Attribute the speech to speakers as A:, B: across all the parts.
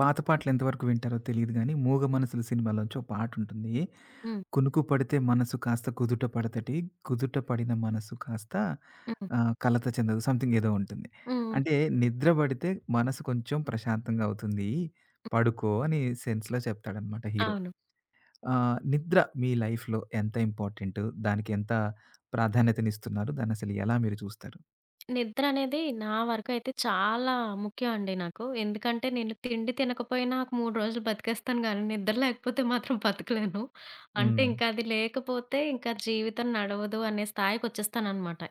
A: పాత పాటలు ఎంతవరకు వింటారో తెలీదు గానీ, 'మూగ మనసులు' సినిమాలోంచి ఒక పాటుంటుంది.
B: హ్మ్.
A: కునుకు పడితే మనసు కాస్త కుదుట పడతటి, కుదుట పడిన మనసు కాస్త
B: హ్మ్.
A: కలత చెందదు. సంథింగ్ ఏదో ఉంటుంది.
B: హ్మ్.
A: అంటే నిద్ర పడితే మనసు కొంచెం ప్రశాంతంగా అవుతుంది. పడుకో అని సెన్స్‌లో చెప్తాడనమాట హీరో.
B: అవును.
A: నిద్ర మీ లైఫ్‌లో ఎంత ఇంపార్టెంటు? దానికి ఎంత ప్రాధాన్యతనిస్తున్నారు? దాన్నసలు ఎలా మీరు చూస్తారు?
B: నిద్రనేది నా వరకైతే చాలా ముఖ్యం అండి నాకు. ఎందుకంటే నేను తిండి తినకపోయినా ఒక 3 రోజులు బతికేస్తాను గానీ, నిద్ర లేకపోతే మాత్రం బతకలేను. అంటే
A: హ్మ్.
B: ఇంక అది లేకపోతే ఇంకా జీవితం నడవదు అనే స్థాయికొచ్చేస్తాననమాట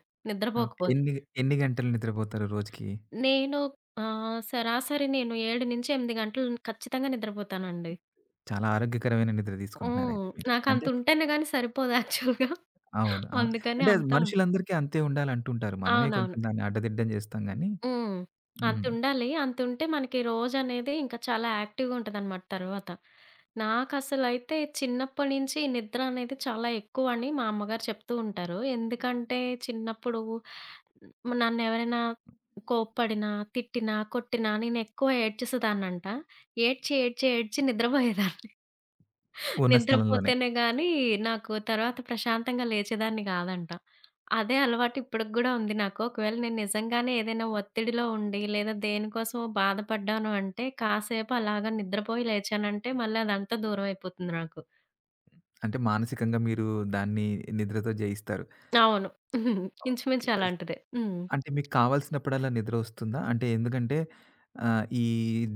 A: ఓకే.
B: నిద్రపోకపోతే.
A: ఎన్ని ఎన్ని గంటలు నిద్రపోతారు రోజుకి?
B: నేను సరాసరి నేను 7-8 గంటలు ఖచ్చితంగా నిద్రపోతానండి.
A: చాలా ఆరోగ్యకరమైన నిద్ర
B: హ్మ్.
A: తీసుకుంటున్నారయితే మీరు. అంటే
B: నాకంతుంటేనే గానీ సరిపోదు యాక్చువల్‌గా.
A: అవును. అవును.
B: అందుకని
A: అంటే అది
B: అంతా
A: మనుషులందరికీ అంతే ఉండాలంటుంటారు. మనమే కొంచెం
B: అవునవును.
A: దాన్ని అడ్డదిడ్డం జేస్తాం గానీ
B: హ్మ్.
A: హ్మ్.
B: అంతుండాలి. అంతుంటే మనకి రోజనేది ఇంకా చాలా యాక్టివ్‌గా ఉంటదనమాట తర్వాత. నాకసలైతే చిన్నప్పటి నుంచి ఈ నిద్ర అనేది చాలా ఎక్కువని మా అమ్మగారు చెప్తూ ఉంటారు. ఎందుకంటే చిన్నప్పుడు నన్నెవరైనా కోప్పడినా, తిట్టినా, కొట్టినా నేనెక్కువ ఏడ్చేసేదాన్నంట. ఏడ్చి, ఏడ్చి, ఏడ్చి నిద్రపోయేదాన్ని.
A: ఉన్న స్థలంలోనే.
B: నిద్రపోతేనే గాని నాకు తర్వాత ప్రశాంతంగా లేచేదాన్ని గాదంట. అదే అలవాటు ఇప్పటికి గూడా ఉంది నాకు. ఒకవేళ నేను నిజంగానే ఏదైనా ఒత్తిడిలో ఉండి, లేదా దేనికోసమో బాధపడ్డాను అంటే, కాసేపు అలాగా నిద్రపోయి లేచానంటే మళ్ళీ అదంతా దూరం అయిపోతుంది నాకు.
A: అంటే మానసికంగా మీరు దాన్ని నిద్రతో జయిస్తారు.
B: అవును.
A: ఓకే.
B: ఇంచుమించు అలాంటిదే. హ్మ్.
A: అంటే మీకు కావాల్సినప్పుడల్లా నిద్రొస్తుందా? అంటే ఎందుకంటే ఈ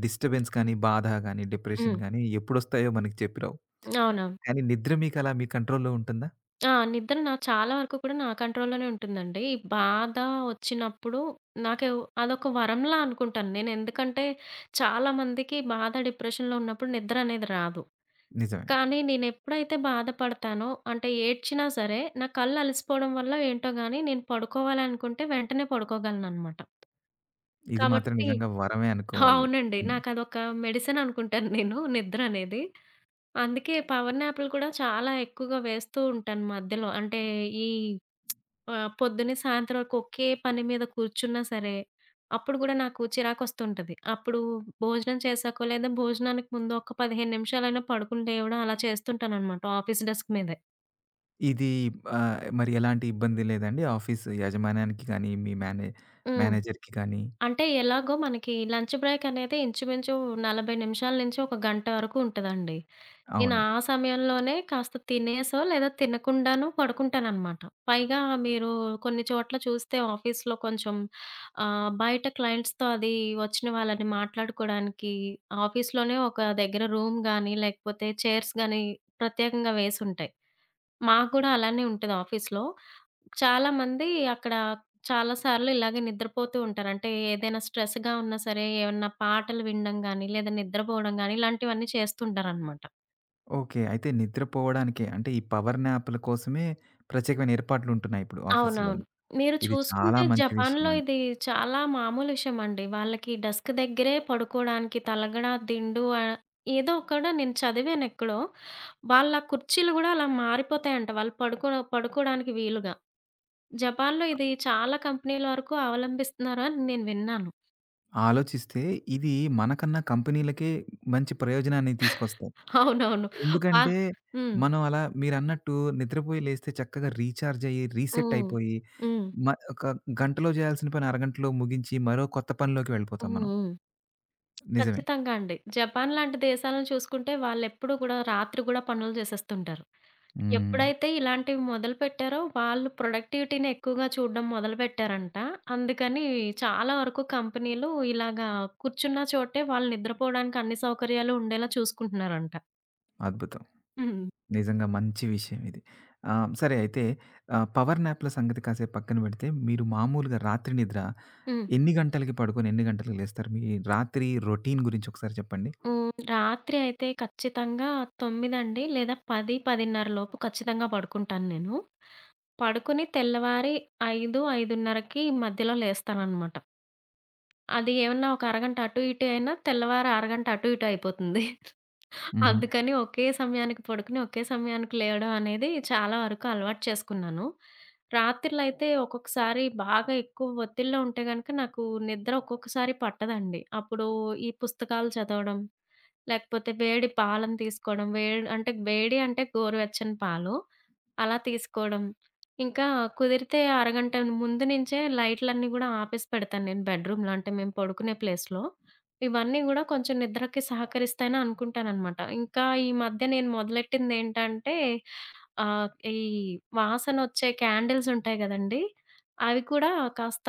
A: డిస్టర్బెన్స్ కానీ, బాధ గానీ, డిప్రెషన్
B: హ్మ్.
A: గానీ ఎప్పుడొస్తాయో మనకి చెప్పిరావు.
B: అవునవును.
A: కానీ నిద్ర మీకలా మీ కంట్రోల్‌లో ఉంటుందా?
B: ఆ! నిద్ర నా చాలా వరకు కూడా నా కంట్రోల్‌లోనే ఉంటుందండి. ఈ బాధ వచ్చినప్పుడు నాకు అదొక వరంలా అనుకుంటాను నేను. ఎందుకంటే చాలామందికి బాధ, డిప్రెషన్‌లో ఉన్నప్పుడు నిద్ర అనేది రాదు.
A: నిజమే.
B: కానీ నేను ఎప్పుడైతే బాధపడతానో అంటే ఏడ్చినా సరే, నా కళ్ళు అలసిపోవడం వల్ల ఏంటో గాని నేను పడుకోవాలనుకుంటే వెంటనే పడుకోగలననమాట.
A: ఇది మాత్రం
B: కాబట్టి
A: నిజంగా వరమే అనుకోవాలి.
B: అవునండి.
A: హ్మ్.
B: నాకదొక మెడిసిన్ అనుకుంటాను నేను నిద్ర అనేది. అందుకే పవర్ న్యాప్‌లు కూడా చాలా ఎక్కువగా వేస్తూ ఉంటాను మధ్యలో. అంటే ఈ పొద్దున్నే సాయంత్రం వరకు ఒకే పని మీద కూర్చున్నా సరే, అప్పుడు గూడా నాకు చిరాకొస్తుంటది. అప్పుడు భోజనం చేశాకో, లేదా భోజనానికి ముందు ఒక 15 నిమిషాలైనా పడుకుని లేవడం అలా చేస్తుంటాననమాట ఆఫీస్ డెస్క్ మీదే.
A: ఇది మరి ఎలాంటి ఇబ్బంది లేదండి? ఆఫీస్ యాజమాన్యానికి గానీ, మీ మేనే
B: హ్మ్.
A: మేనేజర్‌కి గానీ
B: అంటే ఎలాగో మనకి లంచ్ బ్రేక్ అనేది ఇంచుమించు 40 నిమిషాల నుంచి ఒక గంట వరకు ఉంటదండి. నేను
A: అవును.
B: ఆ సమయంలోనే కాస్త తినేసో, లేదా తినకుండానో పడుకుంటాననమాట. పైగా మీరు కొన్ని చోట్ల చూస్తే ఆఫీస్‌లో కొంచెం బయట క్లయింట్స్‌తో అది వచ్చిన వాళ్ళని మాట్లాడుకోడానికి ఆఫీస్‌లోనే ఒక దగ్గర రూమ్ గాని, లేకపోతే చైర్స్ గాని ప్రత్యేకంగా వేసుంటాయి. మాకు గూడా అలానే ఉంటది ఆఫీస్‌లో. చాలామంది అక్కడ చాలా సార్లు ఇలాగే నిద్రపోతూ ఉంటారు. అంటే ఏదైనా స్ట్రెస్‌గా ఉన్నా సరే, ఏమన్నా పాటలు వినడం గాని, లేదా నిద్రపోవడం గాని ఇలాంటివన్నీ చేస్తుంటారనమాట.
A: ఓకే. అయితే నిద్రపోవడానికే అంటే ఈ పవర్ న్యాప్‌ల కోసమే ప్రత్యేకమైన ఏర్పాట్లుంటున్నాయి ఇప్పుడు ఆఫీసులలో.
B: అవునవును. మీరు
A: ఇది చాలా
B: చూసుకుంటే
A: మంచి
B: జపాన్‌లో
A: విషయమండి.
B: ఇది చాలా మామూలు విషయమండి. వాళ్ళకి డెస్క్ దగ్గరే పడుకోడానికి తలగడ, దిండు ఏదో ఒకడ నేను చదివానెక్కడో. వాళ్ళ కుర్చీలు గూడా అలా మారిపోతాయంట. వాళ్ళు పడుకోడానికి వీలుగా. జపాన్‌లో ఇది చాలా కంపెనీల వరకు అవలంబిస్తున్నారు అని నేను విన్నాను.
A: ఆలోచిస్తే ఇది మనకన్నా కంపెనీలకే మంచి ప్రయోజనాన్ని తీసుకొస్తాయి.
B: అవునవును. వా
A: ఎందుకంటే
B: హ్మ్.
A: మనం అలా మీరన్నట్టు నిద్రపోయి లేస్తే చక్కగా రీచార్జ్ అయ్యి, రీసెట్
B: హ్మ్.
A: అయిపోయి
B: హ్మ్.
A: ఒక గంటలో చేయాల్సిన పని అరగంటలో ముగించి మరో కొత్త పనిలోకి వెళ్ళిపోతాం
B: హ్మ్.
A: మనం.
B: హ్మ్.
A: నిజమే.
B: ఖచ్చితంగా అండి. జపాన్ లాంటి దేశాలను చూసుకుంటే వాళ్ళెప్పుడు గూడా రాత్రి గూడా పనులు జేసేస్తుంటారు.
A: హ్మ్.
B: ఎప్పుడైతే ఇలాంటివి మొదలుపెట్టారో వాళ్ళు ప్రొడక్టివిటీని ఎక్కువగా చూడడం మొదలుపెట్టారంట. అందుకని చాలా వరకు కంపెనీలు ఇలాగా కూర్చున్న చోటే వాళ్ళు నిద్రపోవడానికి అన్ని సౌకర్యాలు ఉండేలా చూసుకుంటున్నారంట.
A: అద్భుతం.
B: హ్మ్.
A: నిజంగా మంచి విషయం ఇది. సరే అయితే పవర్ నాప్‌ల సంగతి కాసేపు పక్కన పెడితే, మీరు మామూలుగా రాత్రి నిద్ర
B: హ్మ్.
A: ఎన్ని గంటలకి పడుకొని, ఎన్ని గంటలకి లేస్తారు? మీ రాత్రి రొటీన్ గురించి ఒకసారి చెప్పండి?
B: హ్మ్. రాత్రి అయితే ఖచ్చితంగా 9 అండి లేదా 10, 10:30 లోపు ఖచ్చితంగా పడుకుంటాను నేను. పడుకొని తెల్లవారి 5, 5:30కి మధ్యలో లేస్తాననమాట. అది ఏమన్నా ఒక అరగంట అటు ఇటు అయినా తెల్లవారి అరగంట అటు ఇటు అయిపోతుంది.
A: హుహు.
B: అందుకని ఒకే సమయానికి పడుకొని, ఒకే సమయానికి లేవడం అనేది చాలా వరకు అలవాటు చేసుకున్నాను. రాత్రులైతే ఒక్కొక్కసారి బాగా ఎక్కువ ఒత్తిడిలో ఉంటే గనక నాకు నిద్ర ఒక్కొక్కసారి పట్టదండి. అప్పుడు ఈ పుస్తకాలు చదవడం, లేకపోతే వేడి పాలను తీసుకోవడం, వేడి అంటే గోరువెచ్చని పాలు అలా తీసుకోవడం. ఇంకా కుదిరితే అరగంట ముందు నుంచే లైట్‌లన్నీ గూడా ఆపేసి పెడతాను నేను బెడ్‌రూమ్‌లో అంటే మేము పడుకునే ప్లేస్‌లో. ఇవన్నీ గూడా కొంచెం నిద్రకి సహకరిస్తాయని అనుకుంటాననమాట. ఇంకా ఈ మధ్య నేను మొదలెట్టిందేంటంటే ఆహ్, ఈ వాసనొచ్చే క్యాండిల్స్ ఉంటాయి గదండీ! అవి కూడా కాస్త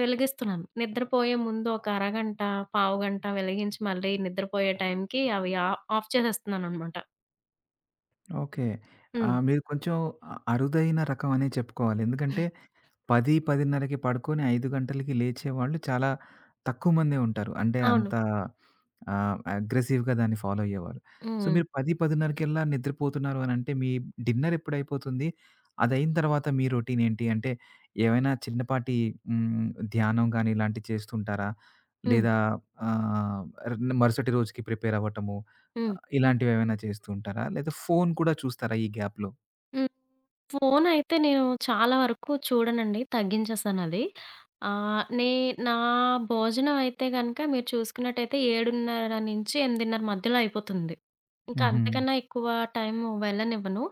B: వెలిగిస్తున్నాను. నిద్రపోయే ముందు ఒక అరగంట, పావుగంట వెలిగించి మళ్ళీ నిద్రపోయే టైంకి అవి ఆఫ్ చేసేస్తున్నాననమాట.
A: ఓకే.
B: హ్మ్.
A: మీరు కొంచెం అరుదైన రకం అనే చెప్పుకోవాలి. ఎందుకంటే 10, 10:30కి పడుకొని 5 గంటలకి లేచేవాళ్ళు చాలా తక్కువ మందే ఉంటారు. అంటే
B: అవును.
A: అంత అగ్రెసివ్‌గా దాన్ని ఫాలో అయ్యేవారు. సో,
B: హ్మ్.
A: మీరు 10, 10:30కెల్లా నిద్రపోతున్నారు అనంటే మీ డిన్నర్ ఎప్పుడైపోతుంది? అదయిన తర్వాత మీ రొటీన్ ఏంటి? అంటే ఏవైనా చిన్నపాటి హ్మ్, ధ్యానం గాని ఇలాంటివి చేస్తుంటారా?
B: హ్మ్.
A: లేదా ఆహ్, ర్ మరుసటి రోజుకి ప్రిపేర్ అవ్వటము
B: హ్మ్. హ్మ్.
A: ఇలాంటివేవైనా చేస్తూ ఉంటారా? లేదా ఫోను కూడా చూస్తారా ఈ గ్యాప్‌లో?
B: హ్మ్. ఫోనయితే నేను చాలా వరకు చూడనండి. తగ్గించేశానది. ఆహ్, నే నా భోజనం అయితే గనక మీరు చూసుకున్నట్టయితే 7:30-8:00 మధ్యలో అయిపోతుంది. ఇంకా
A: హుహు.
B: అంతకన్నా ఎక్కువ టైము వెళ్ళనివ్వను.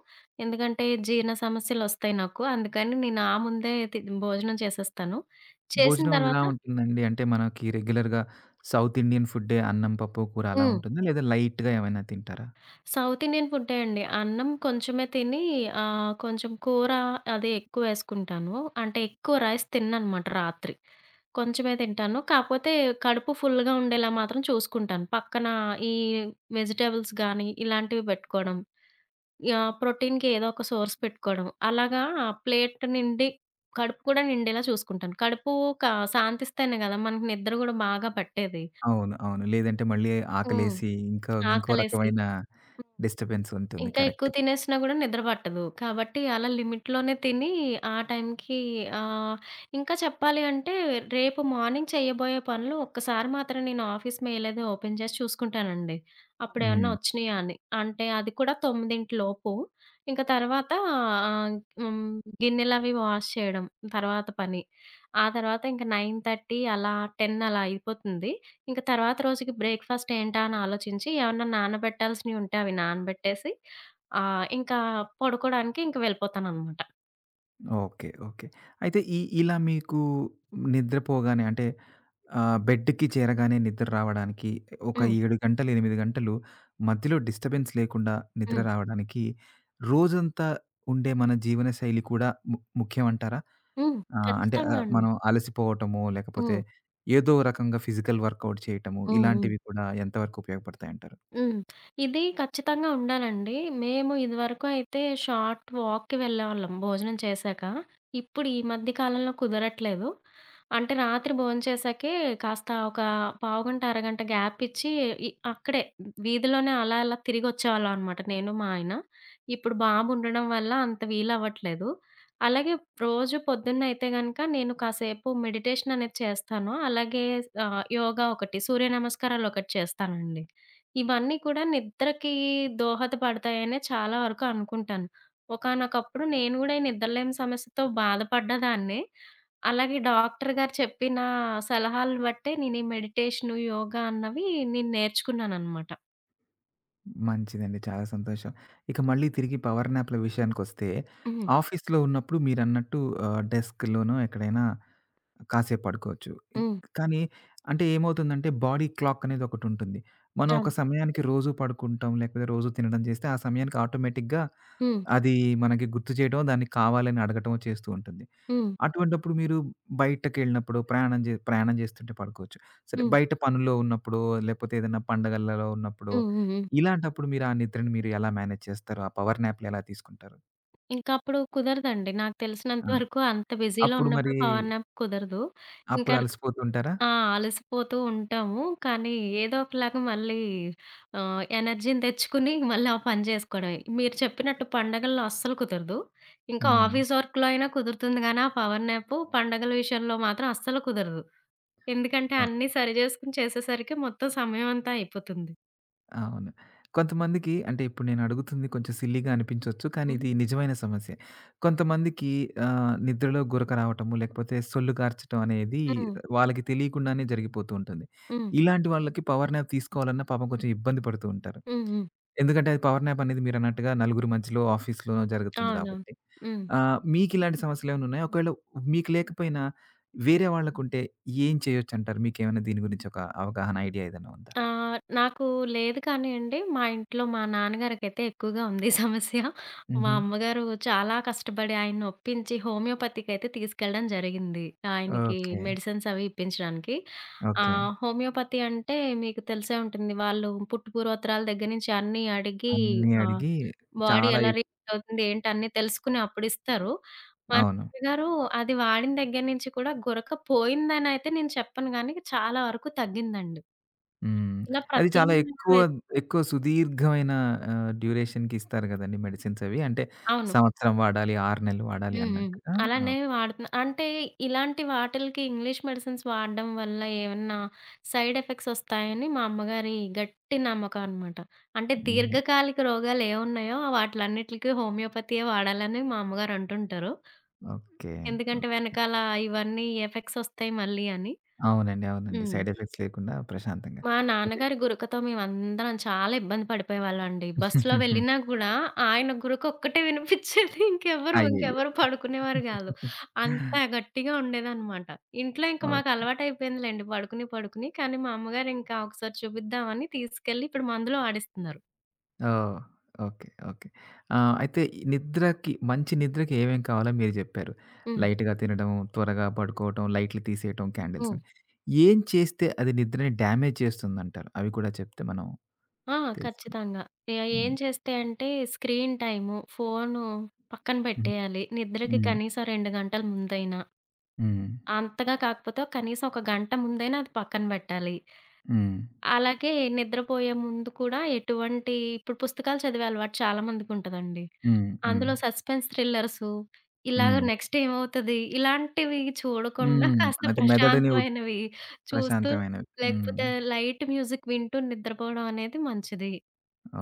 B: ఎందుకంటే జీర్ణ సమస్యలొస్తాయి నాకు. అందుకని నేను ఆ ముందే భోజనం చేసేస్తాను. చేసిన
A: భోజనం ఎలా
B: తర్వాత
A: ఉంటుందండి? అంటే మనకి రెగ్యులర్‌గా సౌత్ ఇండియన్ ఫుడ్డే అన్నం, పప్పు, కూర అలా
B: హ్మ్.
A: ఉంటుందా? లేదా లైట్‌గా ఏమైనా తింటారా?
B: సౌత్ ఇండియన్ ఫుడ్డే అండి. అన్నం కొంచెమే తిని కొంచెం కూర అది ఎక్కువేసుకుంటాను. అంటే ఎక్కువ రైస్ తినననమాట రాత్రి. కొంచెమే తింటాను. కాపోతే కడుపు ఫుల్‌గా ఉండేలా మాత్రం చూసుకుంటాను. పక్కన ఈ వెజిటబుల్స్ గానీ, ఇలాంటివి పెట్టుకోవడం. యాహ్! ప్రోటీన్‌కి ఏదో ఒక సోర్స్ పెట్టుకోవడం. అలాగా ప్లేట్ నిండి కడుపు కూడా నిండేలా చూసుకుంటాను. కడుపు క శాంతిస్తేనే గదా! మనకి నిద్ర గూడా బాగా పట్టేది.
A: అవును. అవును. లేదంటే మళ్ళీ
B: హ్మ్.
A: ఆకలేసి ఇంకా ఇంకో
B: ఆకలేసి
A: రకమైన డిస్టర్బెన్స్ ఉంటుంది.
B: ఇంకా ఎక్కువ
A: కరెక్టే.
B: తినేసినా గూడా నిద్ర పట్టదు. కాబట్టి అలా లిమిట్‌లోనే తిని ఆ టైంకి ఆహ్, ఇంకా చెప్పాలి అంటే రేపు మార్నింగ్ చేయబోయే పనులు ఒక్కసారి మాత్రం నేను ఆఫీస్ మెయిల్ అది ఓపెన్ చేసి చూసుకుంటానండి. అప్పుడేమన్నా
A: హ్మ్.
B: వచ్చినాయా అని. అంటే అది కూడా 9 లోపు. ఇంక తర్వాత ఆహ్, హ్మ్, గిన్నెలవి వాష్ చేయడం తర్వాత పని. ఆ తర్వాత ఇంక 9:30 అలా 10 అలా అయిపోతుంది. ఇంక తర్వాత రోజుకి బ్రేక్‌ఫాస్ట్ ఏంటా అని ఆలోచించి ఏమన్నా నానబెట్టాల్సినవి ఉంటే అవి నానబెట్టేసి ఆ! ఇంకా పడుకోడానికి ఇంక వెళ్ళిపోతాననమాట.
A: ఓకే. ఓకే. అయితే ఈ ఇలా మీకు నిద్రపోగానే అంటే బెడ్‌కి చేరగానే నిద్ర రావడానికి ఒక
B: హ్మ్.
A: 7 గంటలు, 8 గంటలు మధ్యలో డిస్టర్బెన్స్ లేకుండా నిద్ర
B: హ్మ్.
A: రావడానికి రోజంతా ఉండే మన జీవనశైలి కూడా ముఖ్యమంటారా?
B: హ్మ్.
A: ఆ! అంటే
B: ఖచ్చితంగా అండి.
A: మనం అలసిపోవటము, లేకపోతే
B: హ్మ్.
A: ఏదో రకంగా ఫిజికల్ వర్కౌట్ చేయటము,
B: హ్మ్. హ్మ్.
A: ఇలాంటివి కూడా ఎంతవరకు ఉపయోగపడతాయంటారు?
B: హ్మ్. ఇది ఖచ్చితంగా ఉండాలండి. మేము ఇదివరకు అయితే షార్ట్ వాక్‌కి వెళ్ళేవాళ్ళం భోజనం చేశాక. ఇప్పుడు ఈ మధ్య కాలంలో కుదరట్లేదు. అంటే రాత్రి భోంచేశాకే కాస్త ఒక పావుగంట, అరగంట గ్యాప్ ఇచ్చి అక్కడే వీధిలోనే అలా అలా తిరిగొచ్చేవాళ్ళం అనమాట నేను, మా ఆయన. ఇప్పుడు బాబు ఉండడం వల్ల అంత వీలవ్వట్లేదు. అలాగే రోజు పొద్దున్నయితే గనక నేను కాసేపు మెడిటేషన్ అనేది చేస్తాను. అలాగే యోగా ఒకటి, సూర్య నమస్కారాలొకటి చేస్తానండి. ఇవన్నీ కూడా నిద్రకి దోహదపడతాయనే చాలా వరకు అనుకుంటాను. ఒకానొకప్పుడు నేను గూడా ఈ నిద్రలేమి సమస్యతో బాధపడ్డదాన్నే. అలాగే డాక్టర్ గారు చెప్పిన సలహాలను బట్టే నేను ఈ మెడిటేషను, యోగా అన్నవి నేను నేర్చుకున్నాననమాట.
A: మంచిదండి. చాలా సంతోషం. ఇక మళ్ళీ తిరిగి పవర్ నాప్‌ల విషయానికొస్తే,
B: హ్మ్.
A: ఆఫీస్‌లో ఉన్నప్పుడు మీరన్నట్టు డెస్క్‌లోనో ఎక్కడైనా కాసేపు పడుకోవచ్చు.
B: హ్మ్.
A: కానీ అంటే ఏమవుతుందంటే, బాడీ క్లాక్ అనేది ఒకటుంటుంది. మనం ఒక
B: అవును.
A: సమయానికి రోజు పడుకుంటాం, లేకపోతే రోజు తినడం చేస్తే, ఆ సమయానికి ఆటోమేటిక్‌గా
B: హ్మ్.
A: అది మనకి గుర్తు చేయడమో, దాన్ని కావాలని అడగటమో చేస్తూ ఉంటుంది.
B: హ్మ్.
A: అటువంటప్పుడు మీరు బయటకెళ్ళినప్పుడు ప్రయాణం చేస్తుంటే పడుకోవచ్చు. సరే
B: హ్మ్.
A: బయట పనుల్లో ఉన్నప్పుడో, లేకపోతే ఏదైనా పండగలలో ఉన్నప్పుడో
B: హ్మ్. హ్మ్. హ్మ్.
A: ఇలాంటప్పుడు మీరు ఆ నిద్రని మీరు ఎలా మేనేజ్ చేస్తారు? ఆ పవర్ న్యాప్‌లు ఎలా తీసుకుంటారు?
B: ఇంకా అప్పుడు కుదరదండి. నాకు తెలిసినంత
A: ఆ!
B: వరకు అంత బిజీలో
A: అప్పుడు
B: ఉన్నప్పుడు
A: మరి
B: పవర్ నాప్ కుదరదు.
A: అప్పుడు
B: ఇంకా
A: అలసిపోతుంటారా?
B: ఆ! అలసిపోతూ ఉంటాము. కానీ ఏదో ఒకలాగా మళ్ళీ ఎనర్జీని తెచ్చుకుని మళ్ళీ ఆ పని చేసుకోవడమే. మీరు చెప్పినట్టు పండగల్లో అస్సలు కుదరదు. ఇంకా
A: హ్మ్.
B: ఆఫీస్ వర్క్‌లో అయినా కుదురుతుంది గానీ, ఆ పవర్ న్యాప్ పండగల విషయంలో మాత్రం అస్సలు కుదరదు. ఎందుకంటే
A: ఆ!
B: అన్నీ సరి చేసుకొని చేసేసరికి మొత్తం సమయం అంతా అయిపోతుంది.
A: అవును. కొంతమందికి అంటే ఇప్పుడు నేను అడుగుతుంది కొంచెం సిల్లీగా అనిపించొచ్చు. కానీ
B: హ్మ్.
A: ఇది నిజమైన సమస్యే. కొంతమందికి నిద్రలో గురక రావటము, లేకపోతే సొల్లు కార్చటం అనేది
B: హ్మ్.
A: వాళ్ళకి తెలియకుండానే జరిగిపోతూ ఉంటుంది.
B: హ్మ్.
A: ఇలాంటి వాళ్ళకి పవర్ న్యాప్ తీసుకోవాలన్నా పాపం కొంచెం ఇబ్బంది పడుతూ ఉంటారు.
B: హ్మ్. హ్మ్.
A: ఎందుకంటే అది పవర్ న్యాప్ అనేది మీరన్నట్టుగా నలుగురు మధ్యలో ఆఫీస్‌లోనో జరుగుతుంది
B: అవునవును.
A: కాబట్టి.
B: హ్మ్.
A: మీకిలాంటి సమస్యలేమైనా ఉన్నాయా? ఒకవేళ మీకు లేకపోయినా వేరే వాళ్ళకుంటే ఏం చేయొచ్చంటారు? మీకేమైనా దీని గురించి ఒక అవగాహన, ఐడియా ఏదైనా ఉందా?
B: ఆ! నాకు లేదు కానియండి. మా ఇంట్లో మా నాన్నగారికైతే ఎక్కువగా ఉంది సమస్య. మా
A: హుహు.
B: అమ్మగారు చాలా కష్టపడి ఆయన్ని ఒప్పించి హోమియోపతికైతే తీసుకెళ్ళడం జరిగింది. ఆయనకి
A: ఓకే.
B: మెడిసిన్స్ అవి ఇప్పించడానికి.
A: ఓకే.
B: హోమియోపతి అంటే మీకు తెలిసే ఉంటుంది. వాళ్ళు పుట్టుపూర్వోత్తరాల దగ్గర నుంచి అన్నీ అడిగి
A: అన్నీ
B: ఆహ్,
A: అడిగి
B: బాడీ
A: చాలా
B: ఎలా రియాక్ట్ అవుతుంది ఏంటి అన్నీ తెలుసుకుని అప్పుడిస్తారు. మా
A: అవును.
B: నాన్నగారు అది వాడిన దగ్గర నుంచి కూడా గురక పోయిందనైతే నేను చెప్పను గానీ చాలా వరకు తగ్గిందండి.
A: హ్మ్.
B: ఇలా
A: అది చాలా
B: ప్రత్యామ్నాయాలు
A: ఎక్కువ,
B: వె
A: ఎక్కువ సుదీర్ఘమైన డ్యూరేషన్‌కి ఇస్తారు గదండీ మెడిసిన్స్ అవి. అంటే
B: అవును.
A: సంవత్సరం వాడాలి, 6 నెలలు వాడాలి
B: హ్మ్. హ్మ్.
A: అన్నట్టుగా. ఓహ్!
B: అలానే వాడుతున్నా. అంటే ఇలాంటి వాటిలకి ఇంగ్లీష్ మెడిసిన్స్ వాడడం వల్ల ఏమన్నా సైడ్ ఎఫెక్ట్స్ ఒస్తాయని మా అమ్మగారి గట్టి నమ్మకం అనమాట. అంటే
A: హ్మ్.
B: దీర్ఘకాలిక రోగాలు ఏవున్నాయో వాటిలన్నిటికి హోమియోపతియే వాడాలని మా అమ్మగారు అంటుంటారు.
A: ఓకే.
B: ఎందుకంటే
A: ఓకే.
B: వెనకాల ఇవన్నీ ఎఫెక్ట్స్ ఒస్తాయి మళ్ళీ అని.
A: అవునండి. అవునండి.
B: హ్మ్.
A: సైడ్ ఎఫెక్ట్స్ లేకుండా ప్రశాంతంగా.
B: మా
A: ఓకే.
B: నాన్నగారి గురకతో మేమందరం చాలా ఇబ్బంది పడిపోయేవాళ్ళండి. బస్సులో వెళ్ళినా గూడా ఆయన గురక ఒక్కటే వినిపిచ్చేది. ఇంకెవ్వరు,
A: అయ్యయ్యో!
B: ఇంకెవ్వరు పడుకునేవారు గాదు. అంత గట్టిగా ఉండేదనమాట. ఇంట్లో ఇంక మాకు
A: ఓకే.
B: అలవాటయిపోయిందిలెండి పడుకుని, పడుకుని. కానీ మా అమ్మగారు ఇంకా ఒకసారి చూపిద్దామని తీసుకెళ్ళి ఇప్పుడు మందులో ఆడిస్తున్నారు.
A: ఓహ్! ఓకే. ఓకే. అయితే ఈ నిద్రకి మంచి నిద్రకి ఏమేం కావాలో మీరు జెప్పారు.
B: హ్మ్.
A: లైట్‌గా తినడం, త్వరగా పడుకోవటం, లైట్లు తీసేయటం
B: హ్మ్.
A: క్యాండిల్స్‌ని. ఏం చేస్తే అది నిద్రని డ్యామేజ్ చేస్తుందంటారు? అవి కూడా చెప్తే మనం
B: ఆ!
A: తెలుసుకుందాం.
B: ఖచ్చితంగా. ఏ ఏం
A: హ్మ్.
B: చేస్తే అంటే స్క్రీన్ టైము, ఫోను పక్కన
A: హ్మ్.
B: పెట్టేయాలి. నిద్రకి
A: హ్మ్.
B: కనీసం 2 గంటల ముందైనా.
A: హ్మ్.
B: అంతగా కాకపోతే కనీసం ఒక గంట ముందైనా అది పక్కన బెట్టాలి.
A: హ్మ్.
B: అలాగే నిద్రపోయే ముందు కూడా ఎటువంటి ఇప్పుడు పుస్తకాలు చదివే అలవాటు చాలా మందికుంటదండి.
A: హ్మ్.
B: అందులో సస్పెన్స్ థ్రిల్లర్సు, ఇలాగ
A: హ్మ్.
B: నెక్స్ట్ ఏమవుతది ఇలాంటివి చూడకుండా
A: హ్మ్.
B: కాస్త
A: అది మెదడుని ఉత్
B: ప్రశాంతమైనవి చూస్తూ,
A: ప్రశాంతమైనవి. హ్మ్.
B: లేకపోతే లైట్ మ్యూజిక్ వింటూ నిద్రపోవడం అనేది మంచిది.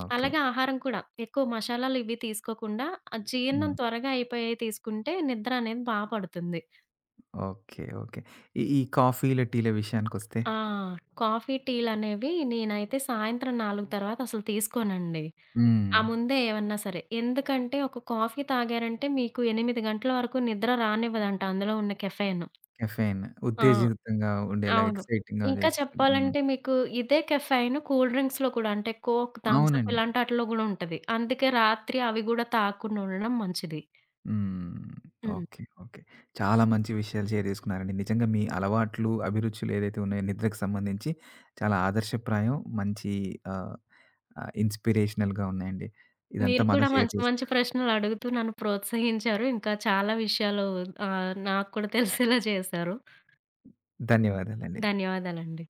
A: ఓకే.
B: అలాగే ఆహారం కూడా ఎక్కువ మసాలాలు ఇవి తీసుకోకుండా, ఆ జీర్ణం
A: హ్మ్.
B: త్వరగా అయిపోయేయి తీసుకుంటే నిద్ర అనేది బా పడుతుంది.
A: ఓకే. ఓకే. ఈ ఈ కాఫీల, టీల విషయానికొస్తే?
B: ఆ! కాఫీ, టీలనేవి నేనైతే సాయంత్రం 4 తర్వాత అసలు తీసుకోనండి.
A: హ్మ్.
B: ఆ ముందే ఏవన్నా సరే. ఎందుకంటే ఒక కాఫీ తాగారంటే మీకు 8 గంటల వరకు నిద్ర రానివ్వదంట అందులో ఉన్న కెఫెయిన్.
A: కెఫెయిన్.
B: ఆ!
A: ఉత్తేజితంగా ఉండేలా
B: అవును.
A: ఎక్సైటింగ్‌గా
B: ఇంకా
A: చేస్తుంది. హ్మ్.
B: చెప్పాలంటే మీకు ఇదే కెఫెయిన్ కూల్ డ్రింక్స్‌లో కూడా అంటే కోక్, థమ్స్ అప్
A: అవునండి.
B: ఇలాంటి ఆటిల్లో గూడా ఉంటది. అందుకే రాత్రి అవి గూడా తాగకుండా ఉండడం మంచిది.
A: హ్మ్.
B: హ్మ్.
A: ఓకే. ఓకే. చాలా మంచి విషయాలు షేర్ చేసుకున్నారండి. నిజంగా మీ అలవాట్లు, అభిరుచులు ఏదైతే ఉన్నాయో నిద్రకు సంబంధించి చాలా ఆదర్శప్రాయం. మంచి ఆహ్, ఇన్‌స్పిరేషనల్‌గా ఉన్నాయండి. ఇదంతా
B: మీరు
A: మాతో
B: కూడా
A: షేర్
B: మంచి మంచి
A: చేసారు.
B: ప్రశ్నలు అడుగుతూ నన్ను ప్రోత్సహించారు. ఇంకా చాలా విషయాలు నాకు కూడా తెలిసేలా చేశారు.
A: ధన్యవాదాలండి.
B: ధన్యవాదాలండి.